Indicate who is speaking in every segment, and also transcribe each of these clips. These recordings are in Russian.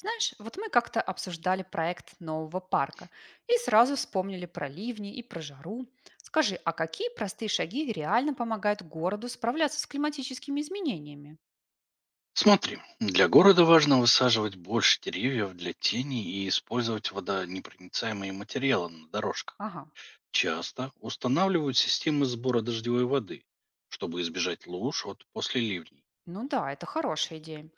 Speaker 1: Знаешь, вот мы как-то обсуждали проект нового парка и сразу вспомнили про ливни и про жару. Скажи, а какие простые шаги реально помогают городу справляться с климатическими изменениями?
Speaker 2: Смотри, для города важно высаживать больше деревьев для тени и использовать водонепроницаемые материалы на дорожках.
Speaker 1: Ага,
Speaker 2: Часто устанавливают системы сбора дождевой воды, чтобы избежать луж от после ливней.
Speaker 1: ну да, это хорошая идея.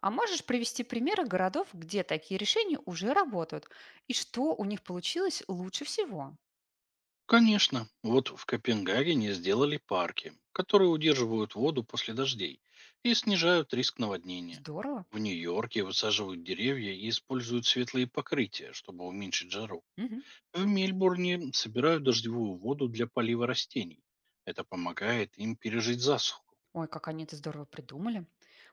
Speaker 1: А можешь привести примеры городов, где такие решения уже работают, и что у них получилось лучше всего?
Speaker 2: Конечно, вот в Копенгагене сделали парки, которые удерживают воду после дождей и снижают риск наводнения.
Speaker 1: Здорово.
Speaker 2: В Нью-Йорке высаживают деревья и используют светлые покрытия, чтобы уменьшить жару.
Speaker 1: Мгм.
Speaker 2: В Мельбурне собирают дождевую воду для полива растений. Это помогает им пережить засуху.
Speaker 1: Ой, как они это здорово придумали.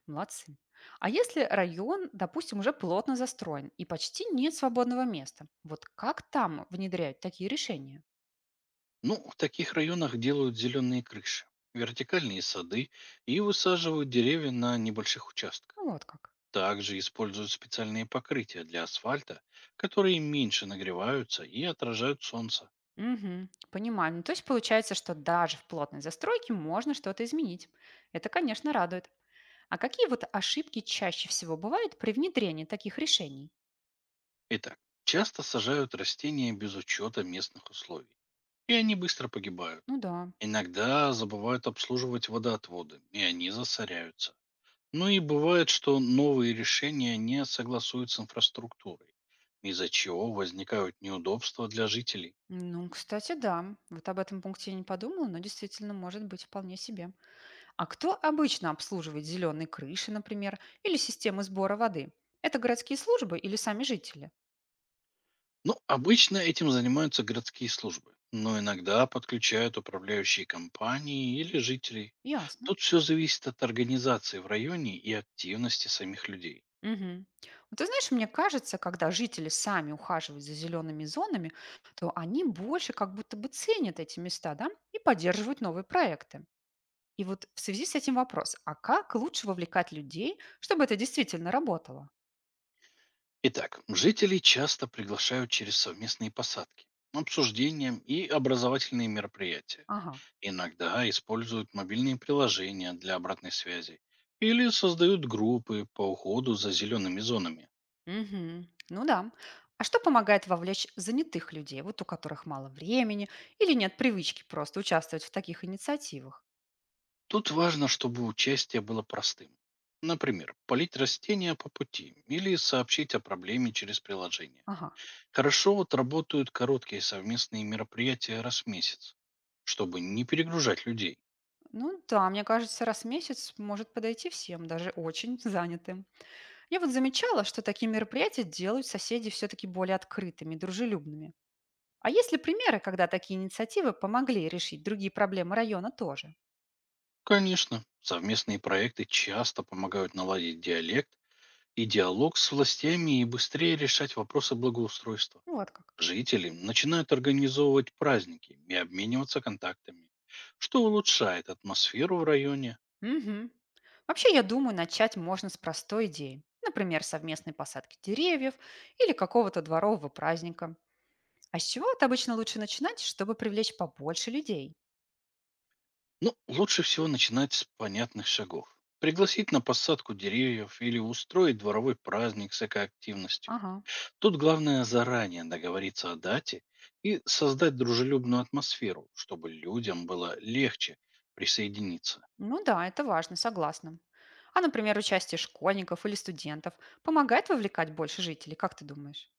Speaker 1: Молодцы. А если район, допустим, уже плотно застроен и почти нет свободного места, вот как там внедряют такие решения?
Speaker 2: Ну, в таких районах делают зеленые крыши, вертикальные сады и высаживают деревья на небольших участках.
Speaker 1: Ну, вот как.
Speaker 2: Также используют специальные покрытия для асфальта, которые меньше нагреваются и отражают солнце.
Speaker 1: Мгм, понимаю. Ну, то есть получается, что даже в плотной застройке можно что-то изменить. Это, конечно, радует. А какие вот ошибки чаще всего бывают при внедрении таких решений?
Speaker 2: Итак, часто сажают растения без учета местных условий, и они быстро погибают.
Speaker 1: Ну да.
Speaker 2: Иногда забывают обслуживать водоотводы, и они засоряются. Ну и бывает, что новые решения не согласуют с инфраструктурой, из-за чего возникают неудобства для жителей.
Speaker 1: Ну, кстати, да. Вот об этом пункте я не подумала, но действительно может быть вполне себе. А кто обычно обслуживает зеленые крыши, например, или системы сбора воды? Это городские службы или сами жители?
Speaker 2: Ну, обычно этим занимаются городские службы, но иногда подключают управляющие компании или жителей.
Speaker 1: Ясно.
Speaker 2: Тут все зависит от организации в районе и активности самих людей.
Speaker 1: Мгм. Ну, ты знаешь, мне кажется, когда жители сами ухаживают за зелеными зонами, то они больше как будто бы ценят эти места, да, и поддерживают новые проекты. И вот в связи с этим вопрос, а как лучше вовлекать людей, чтобы это действительно работало?
Speaker 2: Итак, жителей часто приглашают через совместные посадки, обсуждения и образовательные мероприятия.
Speaker 1: Ага.
Speaker 2: Иногда используют мобильные приложения для обратной связи или создают группы по уходу за зелеными зонами.
Speaker 1: Мгм. Ну да. А что помогает вовлечь занятых людей, вот у которых мало времени или нет привычки просто участвовать в таких инициативах?
Speaker 2: Тут важно, чтобы участие было простым. Например, полить растения по пути или сообщить о проблеме через приложение.
Speaker 1: Ага.
Speaker 2: Хорошо отработают короткие совместные мероприятия раз в месяц, чтобы не перегружать людей.
Speaker 1: Ну да, мне кажется, раз в месяц может подойти всем, даже очень занятым. Я вот замечала, что такие мероприятия делают соседей все-таки более открытыми, дружелюбными. А есть ли примеры, когда такие инициативы помогли решить другие проблемы района тоже?
Speaker 2: Конечно, совместные проекты часто помогают наладить диалект и диалог с властями и быстрее решать вопросы благоустройства.
Speaker 1: Ну вот как.
Speaker 2: Жители начинают организовывать праздники и обмениваться контактами, что улучшает атмосферу в районе.
Speaker 1: Мгм. Вообще, я думаю, начать можно с простой идеи. Например, совместной посадки деревьев или какого-то дворового праздника. А с чего это обычно лучше начинать, чтобы привлечь побольше людей?
Speaker 2: Ну, лучше всего начинать с понятных шагов. Пригласить на посадку деревьев или устроить дворовой праздник с экоактивностью.
Speaker 1: Ага.
Speaker 2: Тут главное заранее договориться о дате и создать дружелюбную атмосферу, чтобы людям было легче присоединиться.
Speaker 1: Ну да, это важно, согласна. А, например, участие школьников или студентов помогает вовлекать больше жителей, как ты думаешь?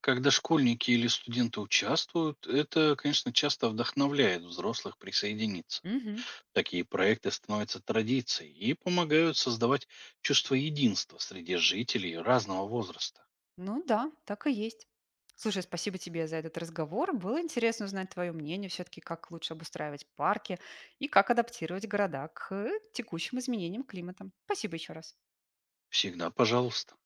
Speaker 2: Когда школьники или студенты участвуют, это, конечно, часто вдохновляет взрослых присоединиться.
Speaker 1: Мгм.
Speaker 2: Такие проекты становятся традицией и помогают создавать чувство единства среди жителей разного возраста.
Speaker 1: Ну да, так и есть. Слушай, спасибо тебе за этот разговор. Было интересно узнать твое мнение все-таки, как лучше обустраивать парки и как адаптировать города к текущим изменениям климата. Спасибо еще раз.
Speaker 2: Всегда пожалуйста.